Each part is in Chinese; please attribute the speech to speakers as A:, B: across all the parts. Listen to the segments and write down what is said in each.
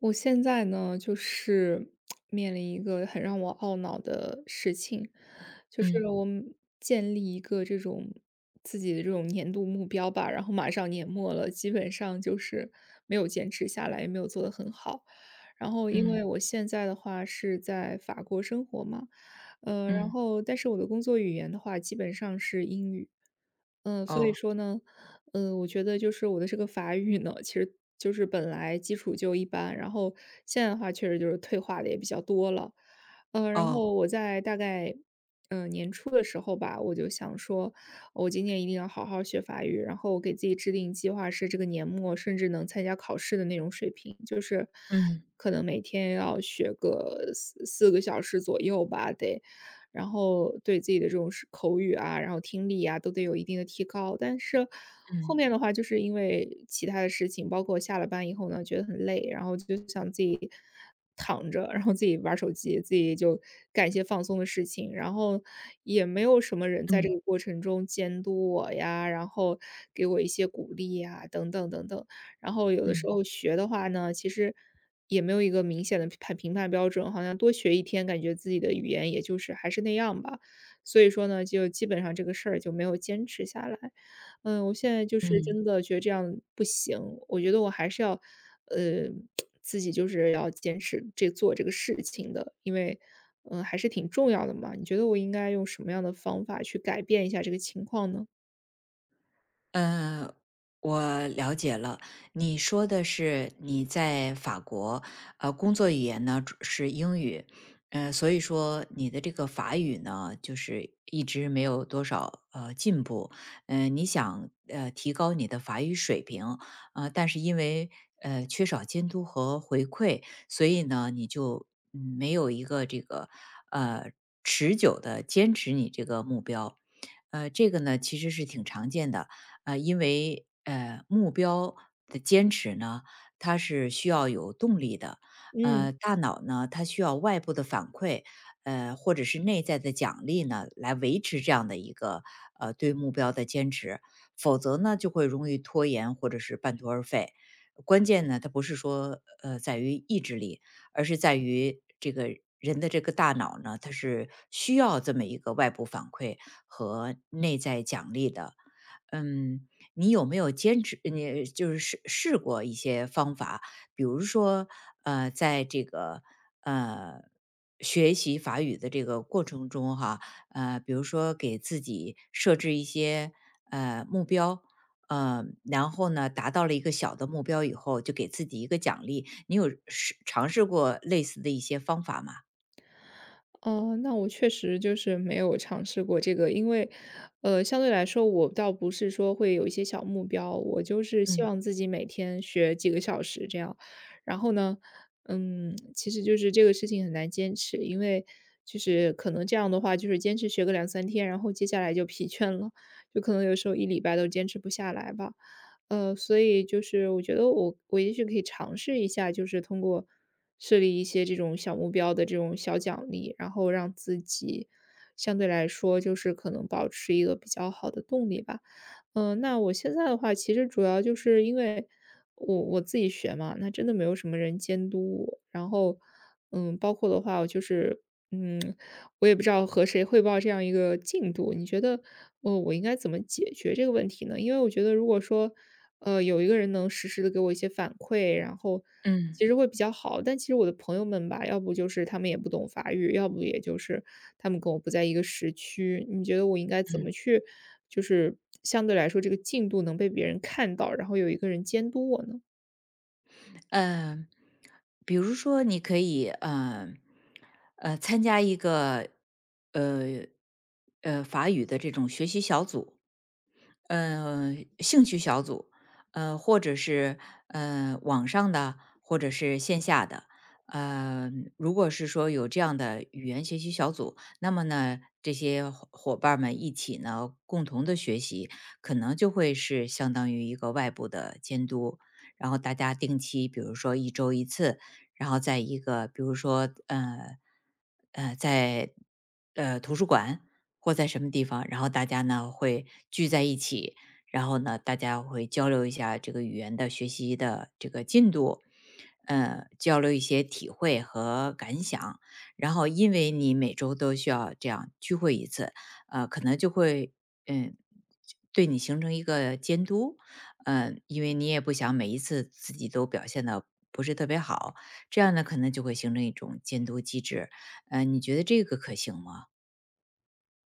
A: 我现在呢，就是面临一个很让我懊恼的事情，就是
B: 嗯
A: 我们建立一个这种自己的这种年度目标吧，然后马上年末了，基本上就是没有坚持下来，也没有做得很好。然后，因为
B: 嗯
A: 我现在的话是在法国生活嘛，然
B: 嗯，
A: 后但是我的工作语言的话，基本上是英语，嗯、所以
B: 哦
A: 说呢，嗯，我觉得就是我的这个法语呢，其实就是本来基础就一般，然后现在的话确实就是退化的也比较多了。呃，然嗯
B: 哦，
A: 后我在大概年初的时候吧，我就想说，我今年一定要好好学法语，然后我给自己制定计划是这个年末甚至能参加考试的那种水平，就是
B: 嗯
A: 可能每天要学个四个小时左右吧，得。然后对自己的这种是口语啊，然后听力啊，都得有一定的提高。但是后
B: 嗯
A: 面的话，就是因为其他的事情，包括下了班以后呢，觉得很累，然后就想自己躺着，然后自己玩儿手机，自己就干一些放松的事情，然后也没有什么人在这
B: 嗯
A: 个过程中监督我呀，然后给我一些鼓励呀，等等等等。然后有的时
B: 嗯
A: 候学的话呢，其实也没有一个明显的评判标准，好像多学一天，感觉自己的语言也就是还是那样吧。所以说呢，就基本上这个事儿就没有坚持下来。嗯，我现在就是
B: 嗯。
A: 真的觉得这样不行，我觉得我还是要，呃，自己就是要坚持这做这个事情的，因为，嗯，还是挺重要的嘛。你觉得我应该用什么样的方法去改变一下这个情况呢？
B: 嗯呃，我了解了。你说的是你在法国，工作语言呢主是英语，所以说你的这个法语呢，就是一直没有多少进步。你想提高你的法语水平，但是因为缺少监督和回馈，所以呢，你就没有一个这个呃持久的坚持你这个目标。这个呢其实是挺常见的，因为目标的坚持呢，它是需要有动力的。
A: 嗯。
B: 大脑呢，它需要外部的反馈，或者是内在的奖励呢，来维持这样的一个对目标的坚持，否则呢，就会容易拖延或者是半途而废。关键呢，它不是说在于意志力，而是在于这个人的这个大脑呢，它是需要这么一个外部反馈和内在奖励的。嗯，你有没有坚持？你就是试过一些方法，比如说，在这个呃学习法语的这个过程中，哈，比如说给自己设置一些目标，然后呢，达到了一个小的目标以后，就给自己一个奖励。你有尝试过类似的一些方法吗？
A: 哦，那我确实就是没有尝试过这个，因为，相对来说，我倒不是说会有一些小目标，我就是希
B: 嗯
A: 望自己每天学几个小时这样。然后呢，嗯，其实就是这个事情很难坚持，因为就是可能这样的话，就是坚持学个两三天，然后接下来就疲倦了，就可能有时候一礼拜都坚持不下来吧。所以就是我觉得我也许可以尝试一下，就是通过设立一些这种小目标的这种小奖励，然后让自己相对来说就是可能保持一个比较好的动力吧。嗯、那我现在的话，其实主要就是因为我自己学嘛，那真的没有什么人监督我，然后嗯，包括的话，我就是嗯，我也不知道和谁汇报这样一个进度，你觉得，我应该怎么解决这个问题呢？因为我觉得如果说，有一个人能实时的给我一些反馈，然后
B: 嗯
A: 其实会比较好。但其实我的朋友们吧，要不就是他们也不懂法语，要不也就是他们跟我不在一个时区。你觉得我应该怎么
B: 嗯。
A: 去，就是相对来说这个进度能被别人看到，然后有一个人监督我呢？
B: 嗯，比如说你可以呃参加一个呃呃法语的这种学习小组，嗯，兴趣小组，或者是网上的，或者是线下的。呃，如果是说有这样的语言学习小组，那么呢，这些伙伴儿们一起呢，共同的学习，可能就会是相当于一个外部的监督，然后大家定期，比如说一周一次，然后在一个比如说在图书馆或在什么地方，然后大家呢会聚在一起，然后呢大家会交流一下这个语言的学习的这个进度。交流一些体会和感想，然后因为你每周都需要这样聚会一次，可能就会嗯，对你形成一个监督，因为你也不想每一次自己都表现的不是特别好，这样呢，可能就会形成一种监督机制。你觉得这个可行吗？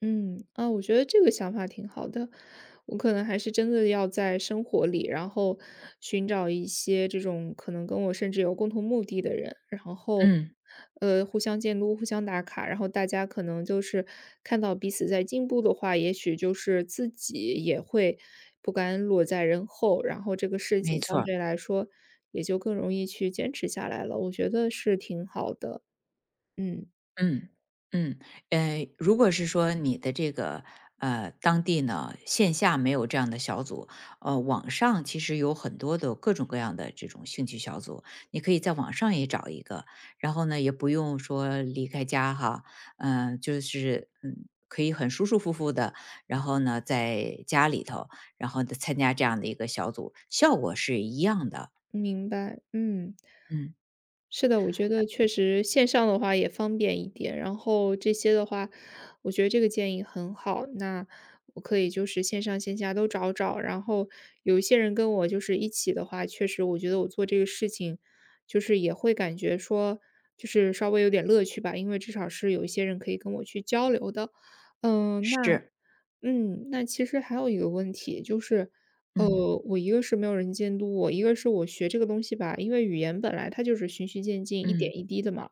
A: 嗯，啊，我觉得这个想法挺好的。我可能还是真的要在生活里，然后寻找一些这种可能跟我甚至有共同目的的人，然后
B: 嗯，
A: 互相监督、互相打卡，然后大家可能就是看到彼此在进步的话，也许就是自己也会不甘落在人后，然后这个事
B: 没
A: 情
B: 错
A: 相
B: 儿
A: 对来说也就更容易去坚持下来了。我觉得是挺好的。嗯，
B: 嗯嗯，如果是说你的这个当地呢，线下没有这样的小组，网上其实有很多的各种各样的这种兴趣小组，你可以在网上也找一个，然后呢，也不用说离开家哈，嗯、就是嗯，可以很舒舒服服的，然后呢，在家里头，然后参加这样的一个小组，效果是一样的，
A: 明白。嗯。
B: 嗯，
A: 是的，我觉得确实线上的话也方便一点，然后这些的话，我觉得这个建议很好。那我可以就是线上线下都找找，然后有一些人跟我就是一起的话，确实我觉得我做这个事情，就是也会感觉说，就是稍微有点乐趣吧，因为至少是有一些人可以跟我去交流的。嗯，那
B: 是，
A: 嗯，那其实还有一个问题就是，
B: 嗯
A: 呃，我一个是没有人监督我，一个是我学这个东西吧，因为语言本来它就是循序渐进、一
B: 嗯，
A: 点一滴的嘛。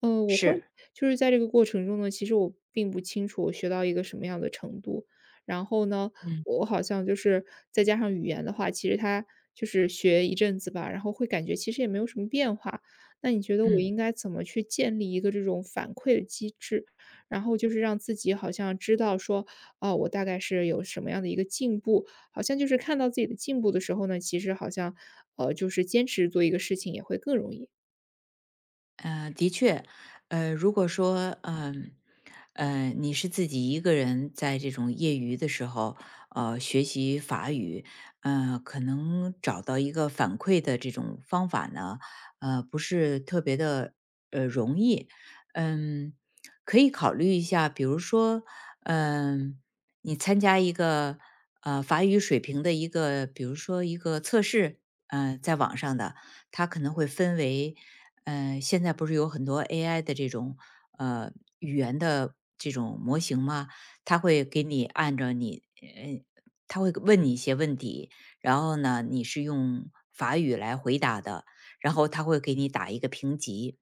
A: 呃，我会
B: 是，
A: 就是在这个过程中呢，其实我并不清楚我学到一个什么样的程度。然后呢，
B: 嗯
A: 我好像就是再加上语言的话，其实它就是学一阵子吧，然后会感觉其实也没有什么变化。那你觉得我
B: 嗯。
A: 应该怎么去建立一个这种反馈的机制？然后就是让自己好像知道说，哦，我大概是有什么样的一个进步，好像就是看到自己的进步的时候呢，其实好像，就是坚持做一个事情也会更容易。
B: 的确，如果说，你是自己一个人在这种业余的时候，学习法语，可能找到一个反馈的这种方法呢，不是特别的，容易，嗯，可以考虑一下，比如说，嗯、你参加一个法语水平的一个，比如说一个测试，在网上的，它可能会分为，现在不是有很多 AI 的这种呃语言的这种模型吗？它会给你按照你，它会问你一些问题，然后呢，你是用法语来回答的，然后它会给你打一个评级。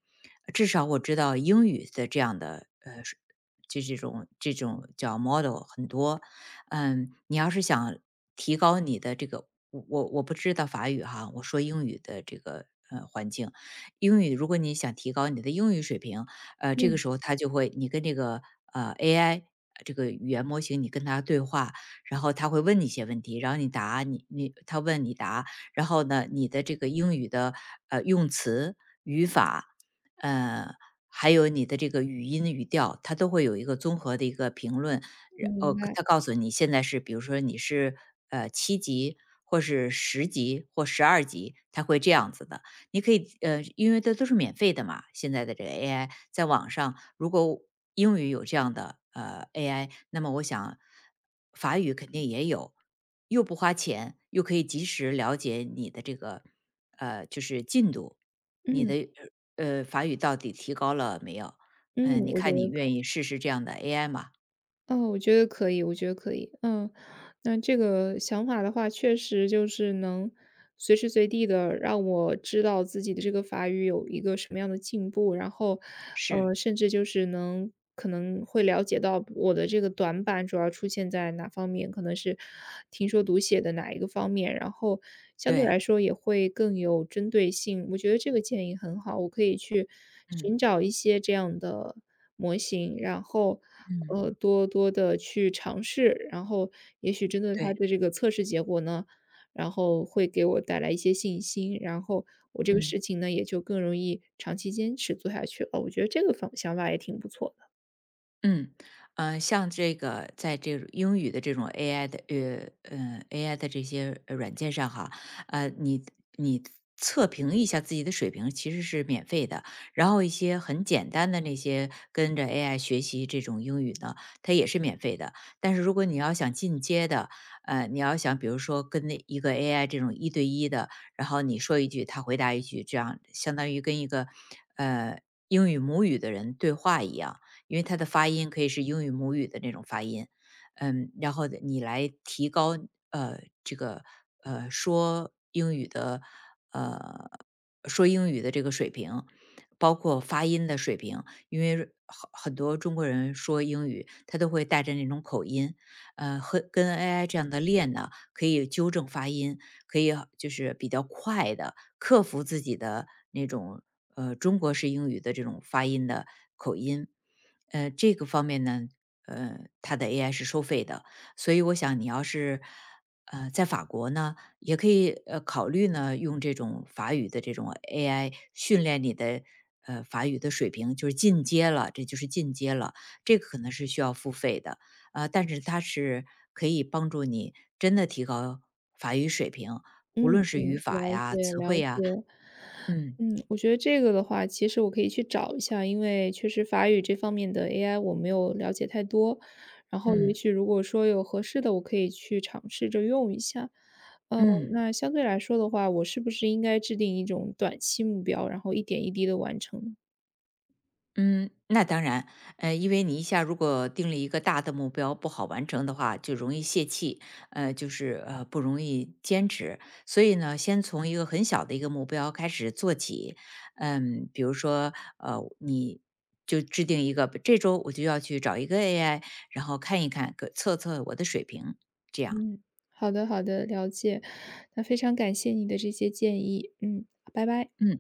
B: 至少我知道英语的这样的就这种叫 model 很多，嗯，你要是想提高你的这个，我不知道法语哈，我说英语的这个环境，英语如果你想提高你的英语水平，这个
A: 嗯，
B: 时候它就会你跟这个AI。这个语言模型，你跟它对话，然后它会问你一些问题，然后你答，你它问你答，然后呢，你的这个英语的用词、语法，呃，还有你的这个语音语调，它都会有一个综合的一个评论，
A: 明白。
B: 他告诉你现在是比如说你是，七级或是十级或十二级，他会这样子的。你可以因为这都是免费的嘛，现在的这个 AI,在网上如果英语有这样的，AI,那么我想法语肯定也有，又不花钱，又可以及时了解你的这个，就是进度，你
A: 嗯，
B: 的，法语到底提高了没有？
A: 嗯，
B: 嗯，你
A: 我觉
B: 看你
A: 得可
B: 愿意试试这样的 AI 吗？
A: 哦，我觉得可以，我觉得可以。嗯，那这个想法的话，确实就是能随时随地的让我知道自己的这个法语有一个什么样的进步，然后，
B: 是。
A: 甚至就是能可能会了解到我的这个短板主要出现在哪方面，可能是听说读写的哪一个方面，然后相对
B: 对，
A: 来说也会更有针对性。我觉得这个建议很好，我可以去
B: 嗯，
A: 寻找一些这样的模型，然后。
B: 嗯，
A: 多多的去尝试，然后也许针对他
B: 对，
A: 的这个测试结果呢，然后会给我带来一些信心，然后我这个事
B: 嗯。
A: 情呢，也就更容易长期坚持做下去了。我觉得这个方想法也挺不错的。
B: 嗯，像这个在这种英语的这种 AI 的AI 的这些软件上哈，呃，你你测评一下自己的水平其实是免费的，然后一些很简单的那些跟着 AI 学习这种英语呢，它也是免费的。但是如果你要想进阶的，你要想比如说跟那一个 AI 这种一对一的，然后你说一句，他回答一句，这样相当于跟一个呃英语母语的人对话一样。因为它的发音可以是英语母语的那种发音，嗯，然后你来提高这个呃说英语的呃说英语的这个水平，包括发音的水平，因为很多中国人说英语，他都会带着那种口音，和跟 AI 这样的练呢，可以纠正发音，可以就是比较快的克服自己的那种中国式英语的这种发音的口音。这个方面呢，它的 AI 是收费的，所以我想你要是在法国呢，也可以考虑呢用这种法语的这种 AI 训练你的法语的水平，就是进阶了，这就是进阶了，这个可能是需要付费的，但是它是可以帮助你真的提高法语水平，
A: 嗯
B: 无论是语
A: 嗯，
B: 法
A: 了
B: 呀、
A: 解
B: 词
A: 了
B: 汇呀，
A: 解。
B: 嗯
A: 嗯，我觉得这个的话，其实我可以去找一下，因为确实法语这方面的 AI 我没有了解太多，然后也
B: 嗯
A: 许如果说有合适的，我可以去尝试着用一下。呃，
B: 嗯。
A: 那相对来说的话，我是不是应该制定一种短期目标，然后一点一滴的完成呢？
B: 嗯，那当然，因为你一下如果定了一个大的目标不好完成的话，就容易泄气，就是不容易坚持。所以呢，先从一个很小的一个目标开始做起，嗯，比如说你就制定一个这周我就要去找一个 AI,然后看一看，测测我的水平，这样，
A: 嗯，好的，好的，了解。那非常感谢你的这些建议，嗯，拜拜。
B: 嗯。